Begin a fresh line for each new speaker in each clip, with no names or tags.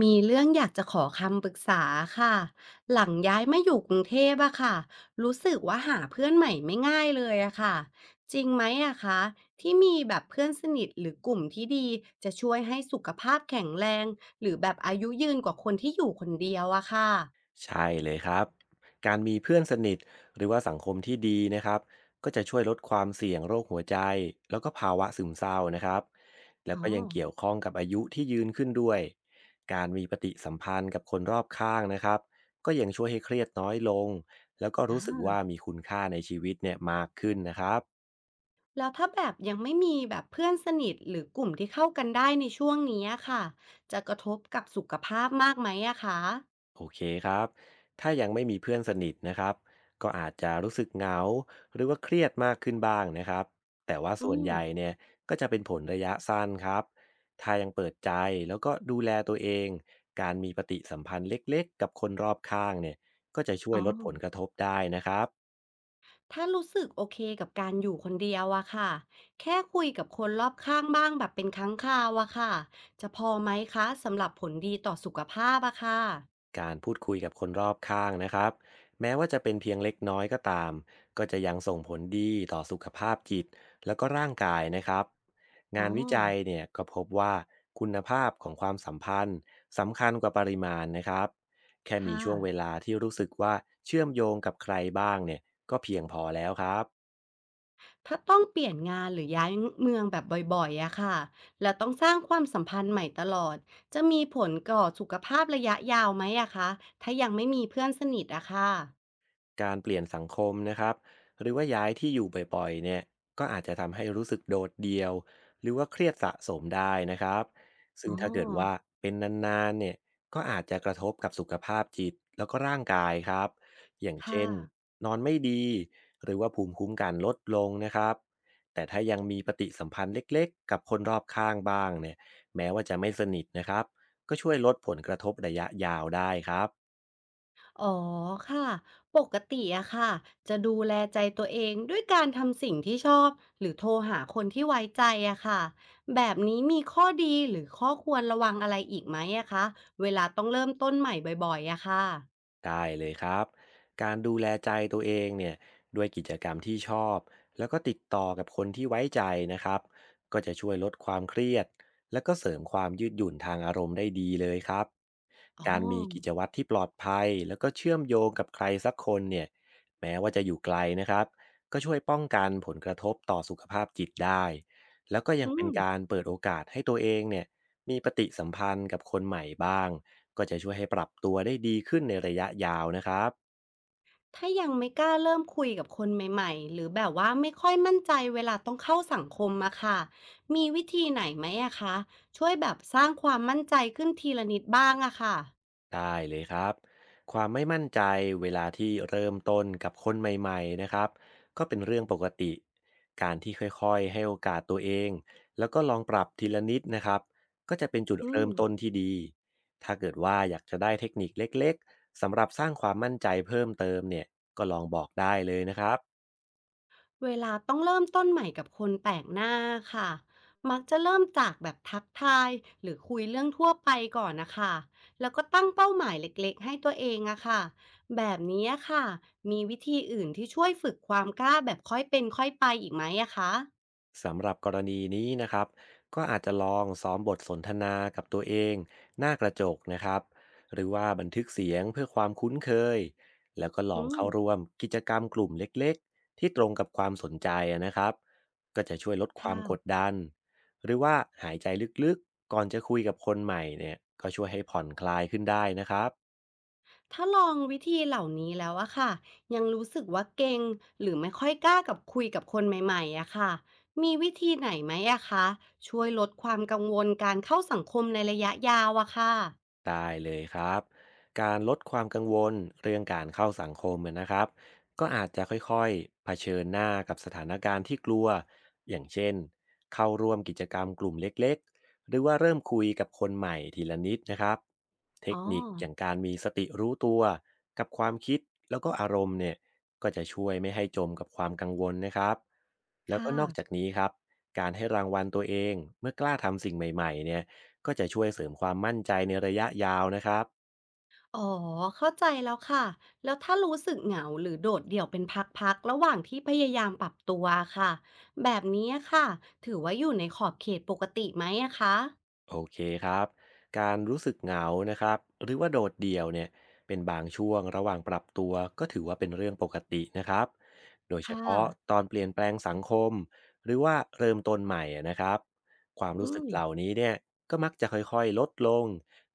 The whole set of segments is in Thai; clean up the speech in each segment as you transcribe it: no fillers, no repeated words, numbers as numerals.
มีเรื่องอยากจะขอคำปรึกษาค่ะหลังย้ายมาอยู่กรุงเทพอะค่ะรู้สึกว่าหาเพื่อนใหม่ไม่ง่ายเลยอะค่ะจริงไหมอะคะที่มีแบบเพื่อนสนิทหรือกลุ่มที่ดีจะช่วยให้สุขภาพแข็งแรงหรือแบบอายุยืนกว่าคนที่อยู่คนเดียวอะค่ะ
ใช่เลยครับ การมีเพื่อนสนิทหรือว่าสังคมที่ดีนะครับก็จะช่วยลดความเสี่ยงโรคหัวใจแล้วก็ภาวะซึมเศร้านะครับ แล้ว
อ๋อ
ก็ยังเกี่ยวข้องกับอายุที่ยืนขึ้นด้วย การมีปฏิสัมพันธ์กับคนรอบข้างนะครับก็ยังช่วยให้เครียดน้อยลงแล้วก็
อ่
รู้สึก
า
ว่ามีคุณค่าในชีวิตเนี่ยมากขึ้นนะครับ
แล้วถ้าแบบยังไม่มีแบบเพื่อนสนิทหรือกลุ่มที่เข้ากันได้ในช่วงนี้อะค่ะจะกระทบกับสุขภาพมากไหมอะคะ
โอเคครับ ถ้ายังไม่มีเพื่อนสนิทนะครับ ก็อาจจะรู้สึกเหงาหรือว่าเครียดมากขึ้นบ้างนะครับ แต่ว่าส่
อื
วน
ม
ใหญ่เนี่ยก็จะเป็นผลระยะสั้นครับ ถ้ายังเปิดใจแล้วก็ดูแลตัวเอง การมีปฏิสัมพันธ์เล็กๆกับคนรอบข้างเนี่ยก็จะช่ว
อ๋
ย
อ
ลดผลกระทบได้นะครับ
ถ้ารู้สึกโอเคกับการอยู่คนเดียวอะค่ะแค่คุยกับคนรอบข้างบ้างแบบเป็นครั้งคราวอะค่ะจะพอไหมคะสำหรับผลดีต่อสุขภาพอะค่ะ
การพูดคุยกับคนรอบข้างนะครับแม้ว่าจะเป็นเพียงเล็กน้อยก็ตามก็จะยังส่งผลดีต่อสุขภาพจิตแล้วก็ร่างกายนะครับ
อ๋อ
งานวิจัยเนี่ยก็พบว่าคุณภาพของความสัมพันธ์สำคัญกว่าปริมาณนะครับแค่มี
ค่ะ
ช่วงเวลาที่รู้สึกว่าเชื่อมโยงกับใครบ้างเนี่ยก็เพียงพอแล้วครับ
ถ้าต้องเปลี่ยนงานหรือย้ายเมืองแบบบ่อยๆอะค่ะแล้วต้องสร้างความสัมพันธ์ใหม่ตลอดจะมีผลก่อสุขภาพระยะยาวไหมอะคะถ้ายังไม่มีเพื่อนสนิทอะค่ะ
การเปลี่ยนสังคมนะครับหรือว่าย้ายที่อยู่บ่อยๆเนี่ยก็อาจจะทำให้รู้สึกโดดเดี่ยวหรือว่าเครียดสะสมได้นะครับซึ่
อ๋
ง
อ
ถ้าเกิดว่าเป็นนานๆเนี่ยก็อาจจะกระทบกับสุขภาพจิตแล้วก็ร่างกายครับอย่าง
ค่ะ
เช่นนอนไม่ดีหรือว่าภูมิคุ้มกันลดลงนะครับแต่ถ้ายังมีปฏิสัมพันธ์เล็กๆกับคนรอบข้างบ้างเนี่ยแม้ว่าจะไม่สนิทนะครับก็ช่วยลดผลกระทบระยะยาวได้ครับ
อ๋อค่ะปกติอะค่ะจะดูแลใจตัวเองด้วยการทำสิ่งที่ชอบหรือโทรหาคนที่ไว้ใจอะค่ะแบบนี้มีข้อดีหรือข้อควรระวังอะไรอีกไหมอะคะเวลาต้องเริ่มต้นใหม่บ่อยๆอะค่ะ
ได้เลยครับการดูแลใจตัวเองเนี่ยด้วยกิจกรรมที่ชอบแล้วก็ติดต่อกับคนที่ไว้ใจนะครับก็จะช่วยลดความเครียดและก็เสริมความยืดหยุ่นทางอารมณ์ได้ดีเลยครับ
อ๋อ
การมีกิจวัตรที่ปลอดภัยแล้วก็เชื่อมโยงกับใครสักคนเนี่ยแม้ว่าจะอยู่ไกลนะครับก็ช่วยป้องกันผลกระทบต่อสุขภาพจิตได้แล้วก็ยั
อื
งเป็น
ม
การเปิดโอกาสให้ตัวเองเนี่ยมีปฏิสัมพันธ์กับคนใหม่บ้าง ก็จะช่วยให้ปรับตัวได้ดีขึ้นในระยะยาวนะครับ
ถ้ายังไม่กล้าเริ่มคุยกับคนใหม่ๆหรือแบบว่าไม่ค่อยมั่นใจเวลาต้องเข้าสังคมอะค่ะมีวิธีไหนไหมอะคะช่วยแบบสร้างความมั่นใจขึ้นทีละนิดบ้างอะค่ะ
ได้เลยครับความไม่มั่นใจเวลาที่เริ่มต้นกับคนใหม่ๆนะครับก็เป็นเรื่องปกติ การที่ค่อยๆให้โอกาสตัวเองแล้วก็ลองปรับทีละนิดนะครับก็จะเป็นจุด
อื
เริ่
ม
มต้นที่ดีถ้าเกิดว่าอยากจะได้เทคนิคเล็กๆสำหรับสร้างความมั่นใจเพิ่มเติมเนี่ยก็ลองบอกได้เลยนะครับ
เวลาต้องเริ่มต้นใหม่กับคนแปลกหน้าค่ะ มักจะเริ่มจากแบบทักทายหรือคุยเรื่องทั่วไปก่อนนะคะ แล้วก็ตั้งเป้าหมายเล็กๆให้ตัวเองอะค่ะแบบนี้อะค่ะ มีวิธีอื่นที่ช่วยฝึกความกล้าแบบค่อยเป็นค่อยไปอีกไหมอะคะ
สำหรับกรณีนี้นะครับก็อาจจะลองซ้อมบทสนทนากับตัวเองหน้ากระจกนะครับหรือว่าบันทึกเสียงเพื่อความคุ้นเคยแล้วก็ลอง
อื
เข้า
ม
ร่วมกิจกรรมกลุ่มเล็กๆที่ตรงกับความสนใจอะนะครับก็จะช่วยลดความกด
ค่ะ
ดันหรือว่าหายใจลึกๆก่อนจะคุยกับคนใหม่เนี่ยก็ช่วยให้ผ่อนคลายขึ้นได้นะครับ
ถ้าลองวิธีเหล่านี้แล้วอะค่ะยังรู้สึกว่าเก่งหรือไม่ค่อยกล้ากับคุยกับคนใหม่ๆอะค่ะมีวิธีไหนไหมอะคะช่วยลดความกังวลการเข้าสังคมในระยะยาวอะค่ะ
ได้เลยครับการลดความกังวลเรื่องการเข้าสังคมอะนะครับก็อาจจะค่อยๆเผชิญหน้ากับสถานการณ์ที่กลัวอย่างเช่นเข้าร่วมกิจกรรมกลุ่มเล็กๆหรือว่าเริ่มคุยกับคนใหม่ทีละนิดนะครับเท
อ๋
ค
อ
นิคอย่างการมีสติรู้ตัวกับความคิดแล้วก็อารมณ์เนี่ยก็จะช่วยไม่ให้จมกับความกังวลนะครับแล้วก็
ค่ะ
นอกจากนี้ครับการให้รางวัลตัวเองเมื่อกล้าทำสิ่งใหม่ๆเนี่ย ก็จะช่วยเสริมความมั่นใจในระยะยาวนะครับ
อ๋อเข้าใจแล้วค่ะแล้วถ้ารู้สึกเหงาหรือโดดเดี่ยวเป็นพักๆระหว่างที่พยายามปรับตัวค่ะแบบนี้ค่ะถือว่าอยู่ในขอบเขตปกติไหมอะคะ
โอเคครับการรู้สึกเหงานะครับหรือว่าโดดเดี่ยวเนี่ยเป็นบางช่วงระหว่างปรับตัวก็ถือว่าเป็นเรื่องปกตินะครับโดยเฉ
ค่ะ
พาะตอนเปลี่ยนแปลงสังคมหรือว่าเริ่มต้นใหม่อะนะครับความรู้
อื
สึก
ม
เหล่านี้เนี่ยก็มักจะค่อยๆลดลง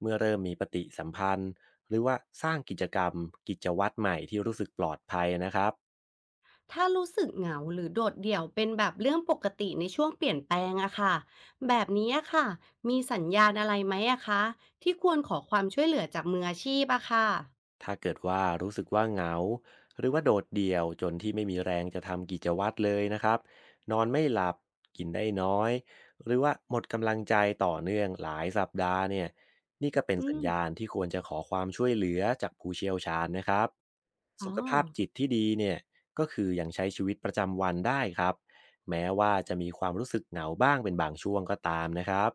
เมื่อเริ่มมีปฏิสัมพันธ์หรือว่าสร้างกิจกรรมกิจวัตรใหม่ที่รู้สึกปลอดภัยนะครับ
ถ้ารู้สึกเหงาหรือโดดเดี่ยวเป็นแบบเรื่องปกติในช่วงเปลี่ยนแปลงอะค่ะแบบนี้อะค่ะมีสัญญาณอะไรไหมอะคะที่ควรขอความช่วยเหลือจากมืออาชีพอะค่ะ
ถ้าเกิดว่ารู้สึกว่าเหงาหรือว่าโดดเดี่ยวจนที่ไม่มีแรงจะทำกิจวัตรเลยนะครับนอนไม่หลับกินได้น้อยหรือว่าหมดกำลังใจต่อเนื่องหลายสัปดาห์เนี่ยนี่ก็เป็น
อื
สัญญา
ม
ณที่ควรจะขอความช่วยเหลือจากผู้เชี่ยวชาญนะครับ
อ๋อ
สุขภาพจิตที่ดีเนี่ยก็คืออยังใช้ชีวิตประจำวันได้ครับแม้ว่าจะมีความรู้สึกเหงาบ้างเป็นบางช่วงก็ตามนะครับ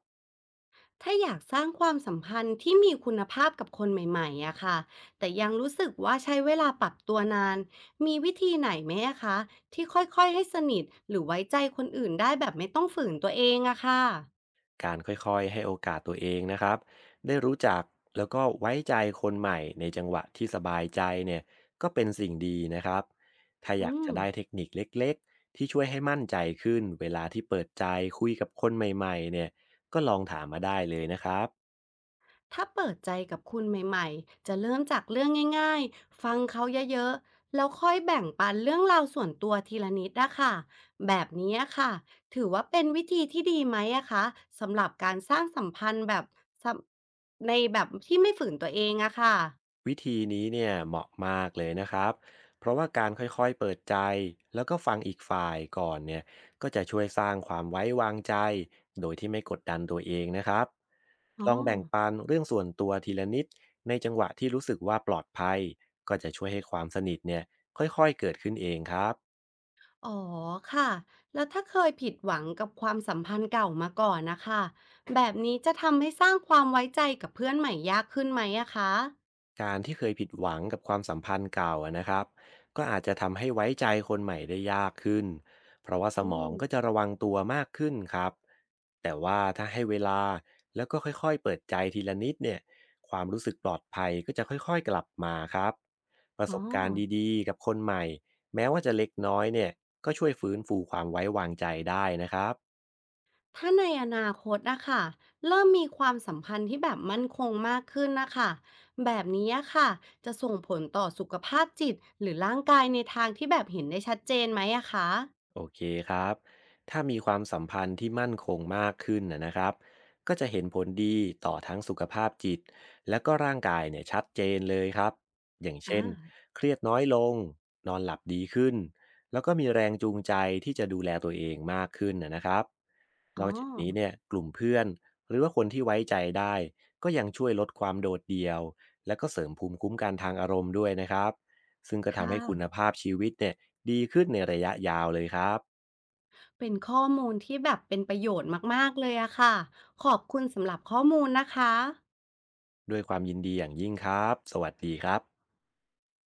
ถ้าอยากสร้างความสัมพันธ์ที่มีคุณภาพกับคนใหม่ๆอะค่ะแต่ยังรู้สึกว่าใช้เวลาปรับตัวนานมีวิธีไหนไหมอะคะที่ค่อยๆให้สนิทหรือไว้ใจคนอื่นได้แบบไม่ต้องฝืนตัวเองอะค่ะ
การค่อยๆให้โอกาสตัวเองนะครับ ได้รู้จักแล้วก็ไว้ใจคนใหม่ในจังหวะที่สบายใจเนี่ยก็เป็นสิ่งดีนะครับ ถ้าอ
อื
ยาก
ม
จะได้เทคนิคเล็กๆที่ช่วยให้มั่นใจขึ้นเวลาที่เปิดใจคุยกับคนใหม่ๆเนี่ยก็ลองถามมาได้เลยนะครับ
ถ้าเปิดใจกับคุณใหม่ๆจะเริ่มจากเรื่องง่ายๆฟังเขาเยอะๆ แล้วค่อยแบ่งปันเรื่องราวส่วนตัวทีละนิดนะคะแบบนี้อะค่ะถือว่าเป็นวิธีที่ดีไหมอะคะสำหรับการสร้างสัมพันธ์แบบสในแบบที่ไม่ฝืนตัวเองอะค่ะ
วิธีนี้เนี่ยเหมาะมากเลยนะครับ เพราะว่าการค่อยๆเปิดใจแล้วก็ฟังอีกฝ่ายก่อนเนี่ยก็จะช่วยสร้างความไว้วางใจโดยที่ไม่กดดันตัวเองนะครับ
อ๋
ล
อ
องแบ่งปันเรื่องส่วนตัวทีละนิดในจังหวะที่รู้สึกว่าปลอดภัย ก็จะช่วยให้ความสนิทเนี่ยค่อยๆเกิดขึ้นเองครับ
อ๋อค่ะแล้วถ้าเคยผิดหวังกับความสัมพันธ์เก่ามาก่อนนะคะแบบนี้จะทำให้สร้างความไว้ใจกับเพื่อนใหม่ยากขึ้นไหมอะคะ
การที่เคยผิดหวังกับความสัมพันธ์เก่าอะนะครับก็อาจจะทำให้ไว้ใจคนใหม่ได้ยากขึ้นเพราะว่าส
อื
มองก็จะ
ม
ระวังตัวมากขึ้นครับแต่ว่าถ้าให้เวลาแล้วก็ค่อยๆเปิดใจทีละนิดเนี่ยความรู้สึกปลอดภัยก็จะค่อยๆกลับมาครับประ
อ๋
ส
อ
บการณ์ดีๆกับคนใหม่แม้ว่าจะเล็กน้อยเนี่ยก็ช่วยฟื้นฟูความไว้วางใจได้นะครับ
ถ้าในอนาคตนะคะเริ่มมีความสัมพันธ์ที่แบบมั่นคงมากขึ้นนะคะแบบนี้อะค่ะจะส่งผลต่อสุขภาพจิตหรือร่างกายในทางที่แบบเห็นได้ชัดเจนไหมอะคะ
โอเคครับถ้ามีความสัมพันธ์ที่มั่นคงมากขึ้นนะครับก็จะเห็นผลดีต่อทั้งสุขภาพจิตและก็ร่างกายเนี่ยชัดเจนเลยครับ อย่าง
อา
เช่น เครียดน้อยลง นอนหลับดีขึ้น แล้วก็มีแรงจูงใจที่จะดูแลตัวเองมากขึ้นนะครับ
อ๋
นอกจากนี้
อ
เนี่ยกลุ่มเพื่อนหรือว่าคนที่ไว้ใจได้ก็ยังช่วยลดความโดดเดี่ยวและก็เสริมภูมิคุ้มกันทางอารมณ์ด้วยนะครับซึ่งก็
ค่ะ
ทำให้คุณภาพชีวิตเนี่ยดีขึ้นในระยะยาวเลยครับ
เป็นข้อมูลที่แบบเป็นประโยชน์มากๆเลยอะค่ะขอบคุณสำหรับข้อมูลนะคะ
ด้วยความยินดีอย่างยิ่งครับ สวัสดีครับ